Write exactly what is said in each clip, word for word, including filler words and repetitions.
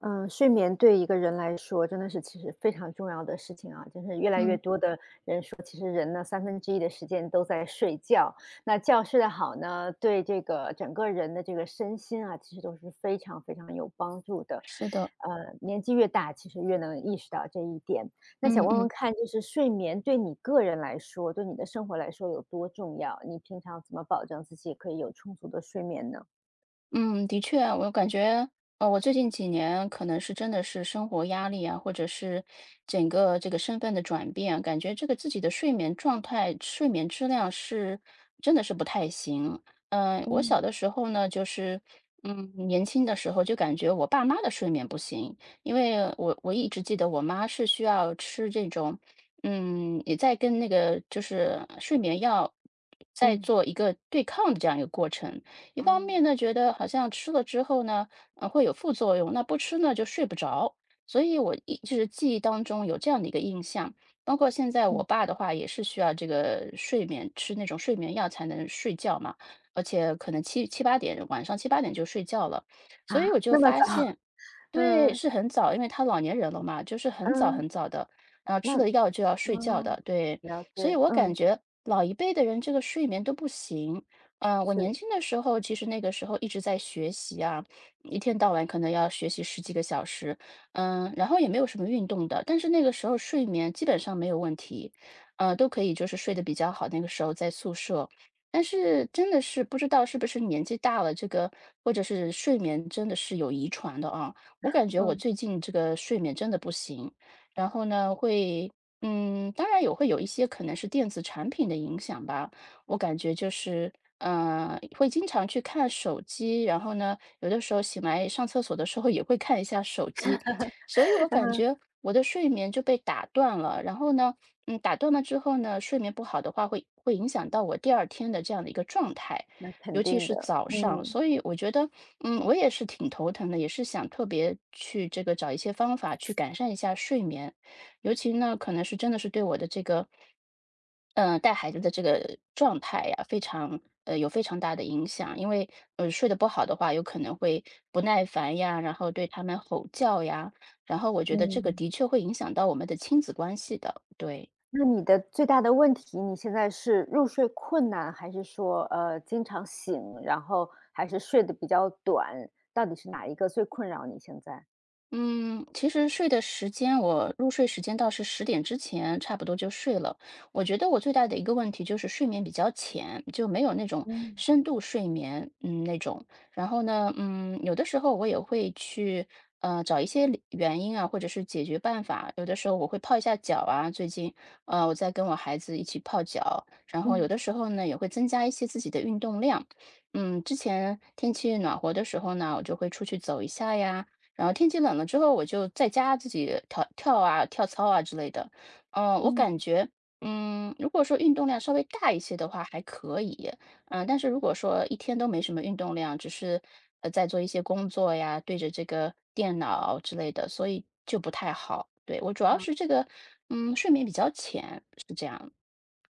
嗯，呃睡眠对一个人来说真的是其实非常重要的事情啊，就是越来越嗯，多的说，其实人呢三分之一的时间都在睡觉，那觉睡得好呢，对这个整个人的这个身心啊，其实都是非常非常有帮助的。是的，呃，年纪越大，其实越能意识到这一点。那想嗯问问嗯看，就是睡眠对你个人来说，对你的生活来说有多重要？你平常怎么保证自己可以有充足的睡眠呢？嗯，的确啊我感觉，呃，我最近几年可能是真的是生活压力啊，或者是整个这个身份的转变，感觉这个自己的睡眠状态、睡眠质量是真的是不太行。嗯、我小嗯，的时候呢，就是嗯，年轻的时候就感觉我爸妈的睡眠不行，因为我我一直记得我妈是需要吃这种，嗯，也在跟那个就是睡眠药在嗯做一个对抗的这样一个过程。一方哦，面呢，觉得好像吃了之后呢，呃，会有副作用，那不吃呢就睡不着，所以我一就是记忆当中有这样的一个印象。包括现在我嗯爸的话也是需要这个睡眠，吃那种睡眠药才能睡觉嘛，而且可能七七八点晚上七八点就睡觉了，所以我啊，就那么发早？现。对，嗯，是很早，因为他老年人了嘛，就是很早嗯，很早的，然后吃那了药就要睡觉嗯，的，对。了所以解，我感嗯，觉老一辈的人这个睡眠都不行。嗯、我年是，轻的时候，其实那个时候一直在学习啊，一天到晚可能要学习十几个小时，嗯、然后也没有什么运动的，但是那个时候睡眠基本上没有问题，呃，都可以就是睡得比较好。那个时候在宿舍，但是真的是不知道是不是年纪大了，这个或者是睡眠真的是有遗传的啊。我感觉我嗯 最近这个睡眠真的不行，然后呢，会，嗯，当然也会有一些可能是电子产品的影响吧。我感觉就是，呃，会经常去看手机，然后呢，有的时候醒来上厕所的时候也会看一下手机，所以我 感嗯，觉我的睡眠就被打断了。然后呢，嗯，打断了之后呢，睡眠不好的话会会影响到我第二天的这样的一个状态，那肯尤其定是的，早上。嗯，所以我觉得嗯，我也是挺头疼的，也是想特别去这个找一些方法去改善一下睡眠，尤其呢，可能是真的是对我的这个，呃，带孩子的这个状态呀，非常呃有非常大的影响。因为呃睡得不好的话，有可能会不耐烦呀，然后对他们吼叫呀，然后我觉得这个嗯。的确会影响到我们的亲子关系的，对。那你的最大的问题，你现在是入睡困难，还是说，呃，经常醒，然后还是睡得比较短，到底是哪一个最困扰你现在？嗯，其实睡的时间，我入睡时间倒是十点之前差不多就睡了。我觉得我最大的一个问题就是睡眠比较浅，就没有那种嗯，深度睡眠，嗯，那种。然后呢，嗯，有的时候我也会去呃找一些理原因啊，或者是解决办法。有的时候我会泡一下脚啊，最近呃我在跟我孩子一起泡脚，然后有嗯，的时候呢也会增加一些自己的运动量。嗯，之前天气暖和的时候呢，我就会出去走一下呀。然后天气冷了之后，我就在家自己跳跳啊、跳操啊之类的。嗯，我嗯。感觉，嗯，如果说运动量稍微大一些的话，还可以。嗯，但是如果说一天都没什么运动量，只是呃在做一些工作呀，对着这个电脑之类的，所以就不太好。对，我主要是好。这个，嗯，睡眠比较浅，是这样。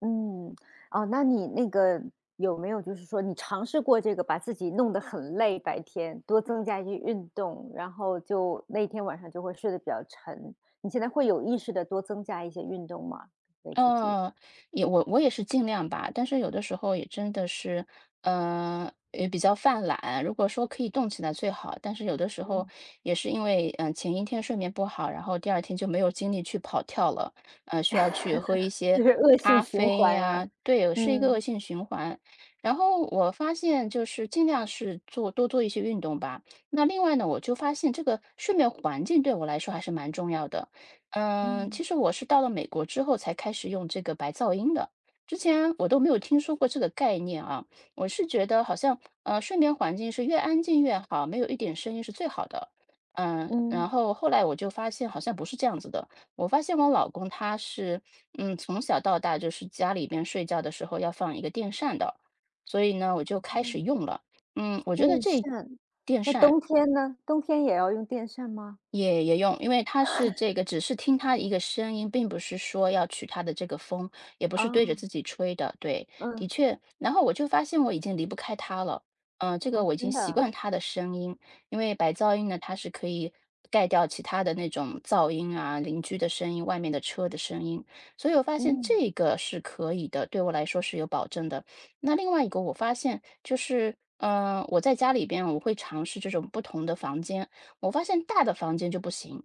嗯，哦，那你那个有没有就是说你尝试过这个把自己弄得很累，白天多增加一些运动，然后就那天晚上就会睡得比较沉。你现在会有意识的多增加一些运动吗？给自己，嗯，也我我也是尽量吧，但是有的时候也真的是，呃，也比较犯懒。如果说可以动起来最好，但是有的时候也是因为，嗯、前一天睡眠不好，然后第二天就没有精力去跑跳了，呃，需要去喝一些就是恶性咖循啡环啊。呀、对，是一个恶嗯，性循环。然后我发现就是尽量是做多做一些运动吧。那另外呢，我就发现这个睡眠环境对我来说还是蛮重要的。嗯，嗯，其实我是到了美国之后才开始用这个白噪音的，之前我都没有听说过这个概念啊。我是觉得好像，呃，睡眠环境是越安静越好，没有一点声音是最好的。嗯，然嗯，后后来我就发现好像不是这样子的。我发现我老公他是，嗯，从小到大就是家里边睡觉的时候要放一个电扇的，所以呢，我就开哦，始用了。嗯，我觉得电这扇，电那扇。冬天呢？冬天也要用电扇吗？也也用，因为它是这个只是听它一个声音，并不是说要取它的这个风，也不是啊对着自己吹的，对，的嗯，确。然后我就发现我已经离不开它了，嗯，这个哦，我已经真的习啊，惯它的声音，因为白噪音呢，它是可以盖掉其他的那种噪音啊，邻居的声音、外面的车的声音，所以我发现嗯，这个是可以的，对我来说是有保证的。那另外一个我发现就是，嗯、我在家里边我会尝试这种不同的房间。我发现大的房间就不行，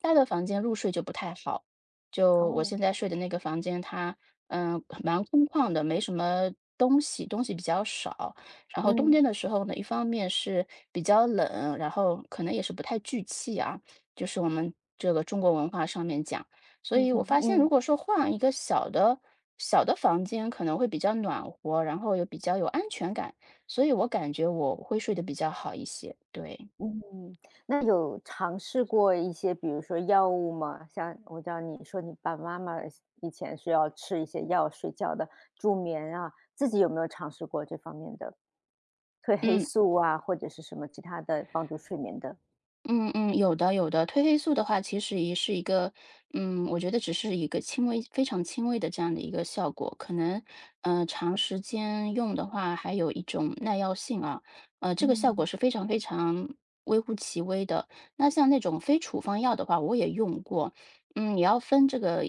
大的房间入睡就不太好。就我哦，现在睡的那个房间，它嗯蛮空旷的，没什么东西，东西比较少。然后冬嗯，天的时候呢，一方面是比较冷，然后可能也是不太聚气啊，就是我们这个中国文化上面讲。所以我 发现，如嗯。果说换一个小的小的房间，可能会比较暖和，然后又比较有安全感，所以我感觉我会睡得比较好一些。对，嗯，那有尝试过一些，比如说药物吗？像我知道你说你爸爸妈妈以前是要吃一些药睡觉的，助眠啊，自己有没有尝试过这方面的褪黑嗯。素啊，或者是什么其他的帮助睡眠的？嗯嗯，有的有的，褪黑素的话，其实也是一个，嗯，我觉得只是一个轻微、非常轻微的这样的一个效果，可能，嗯，长时间用的话，还有一种耐药性啊，呃，这个效果嗯是非常非常微乎其微的。那像那种非处方药的话，我也用过，嗯，也要分这个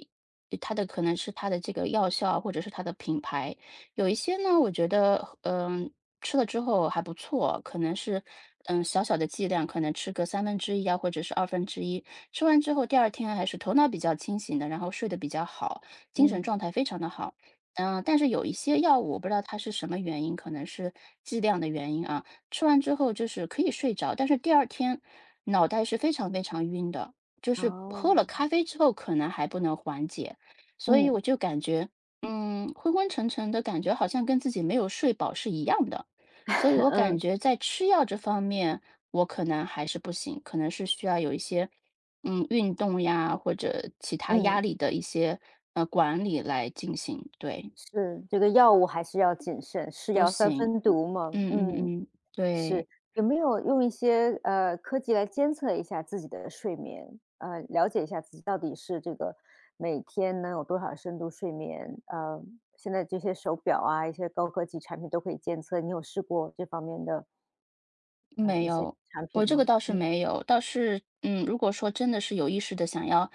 呃它的可能是它的这个药效啊或者是它的品牌，有一些呢，我觉得，嗯、吃了之后还不错，可能是，嗯，小小的剂量，可能吃个三分之一啊，或者是二分之一。吃完之后第二天还是头脑比较清醒的，然后睡得比较好，精神嗯，状态非常的好。嗯，但是有一些药物，我不知道它是什么原因，可能是剂量的原因啊，吃完之后就是可以睡着，但是第二天脑袋是非常非常晕的，就是喝了哦，咖啡之后可能还不能缓解。所以嗯 我就感觉，嗯，昏昏沉沉的感觉，好像跟自己没有睡饱是一样的。所以 我感嗯觉在吃药这方面，我可能还是不行，可能是需要有一些，嗯，运动呀，或者其他压嗯，力的一些呃管理来进行。对，是这个药物还是要谨慎，是不药三行，分毒嗯嘛，嗯嗯。嗯，对。是，有没有用一些呃科技来监测一下自己的睡眠？呃，了解一下自己到底是这个每天能有多少深度睡眠？呃，现在这些手表啊，一些高科技产品都可以监测，你有试过这方面的呃没一些有，产品我这个吗？倒是嗯没有，倒是，嗯，如果说真的是有意识的想要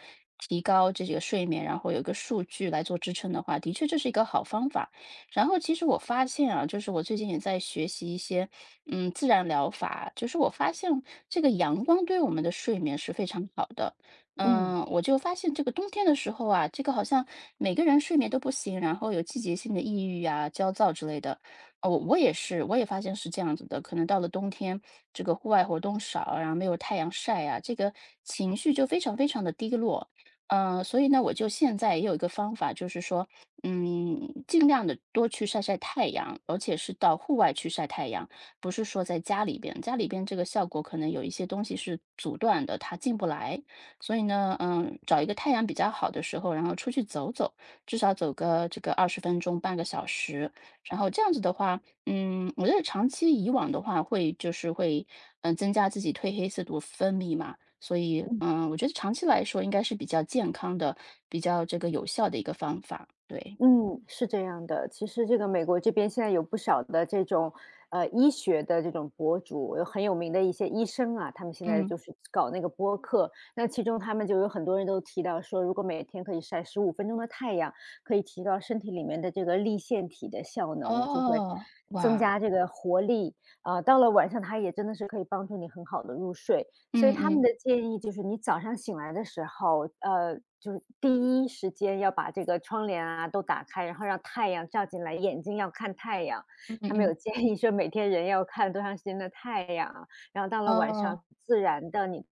提高这个睡眠，然后有一个数据来做支撑的话，的确这是一个好方法。然后其实我发现啊，就是我最近也在学习一些，嗯，自然疗法，就是我发现这个阳光对我们的睡眠是非常好的。嗯，嗯。我就发现这个冬天的时候啊，这个好像每个人睡眠都不行，然后有季节性的抑郁啊、焦躁之类的。哦，我也是，我也发现是这样子的。可能到了冬天，这个户外活动少啊然后没有太阳晒啊，这个情绪就非常非常的低落。嗯，所以呢，我就现在也有一个方法，就是说，嗯，尽量的多去晒晒太阳，而且是到户外去晒太阳，不是说在家里边。家里边这个效果可能有一些东西是阻断的，它进不来。所以呢，嗯，找一个太阳比较好的时候，然后出去走走，至少走个这个二十分钟、半个小时，然后这样子的话，嗯，我觉得长期以往的话，会就是会，嗯，增加自己褪黑色素分泌嘛，所以，嗯，我觉得长期来说应该是比较健康的、比较这个有效的一个方法。对，嗯，是这样的。其实这个美国这边现在有不少的这种，呃，医学的这种博主，有很有名的一些医生啊，他们现在嗯，就是搞那个播客。那其中他们就有很多人都提到说，如果每天可以晒十五分钟的太阳，可以提高身体里面的这个立腺体的效能，就会哦，增哇，加这个活力啊、到了晚上，它也真的是可以帮助你很好的入睡。所以嗯他们嗯的建议就是你早上醒来的时候，呃，就是第一时间要把这个窗帘啊都打开，然后让太阳照进来，眼睛要看太阳。嗯嗯他们有嗯，建议说每天人要看多长时间的太阳，然后到了晚上哦，自然的你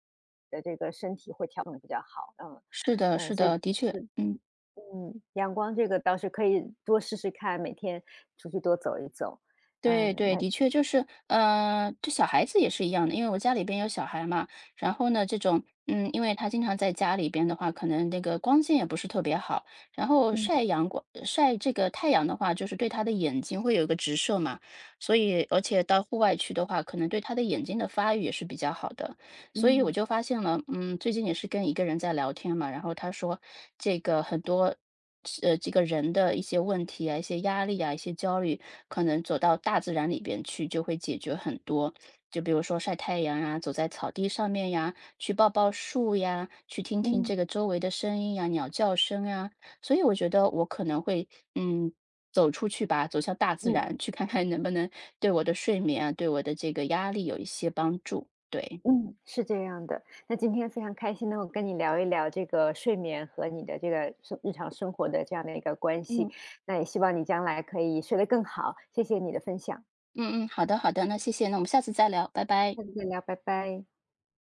的这个身体会调整得比较好。嗯，是的，呃，是所的，以的确，是嗯。嗯，阳光这个倒是可以多试试看，每天出去多走一走。对嗯，对，那的确就是，呃，这小孩子也是一样的，因为我家里边有小孩嘛，然后呢，这种，嗯，因为他经常在家里边的话，可能那个光线也不是特别好，然后晒嗯阳光，晒这个太阳的话，就是对他的眼睛会有一个直射嘛，所以而且到户外去的话，可能对他的眼睛的发育也是比较好的，所以我嗯就发现了，嗯，最近也是跟一个人在聊天嘛，然后他说这个很多。呃，这个人的一些问题啊、一些压力啊、一些焦虑，可能走到大自然里边去就会解决很多。就比如说晒太阳啊，走在草地上面呀，去抱抱树呀，去听听嗯这个周围的声音呀，鸟叫声啊。所以我觉得我可能会，嗯，走出去吧，走向大自嗯。然，去看看能不能对我的睡眠啊，对我的这个压力有一些帮助。对，嗯，是这样的。那今天非常开心能够跟你聊一聊这个睡眠和你的这个生日常生活的这样的一个关系，嗯那也希望你将来可以睡得更好，谢谢你的分享，嗯嗯，好的好的，那谢谢，那我们下次再聊，拜拜。下次再聊，拜拜。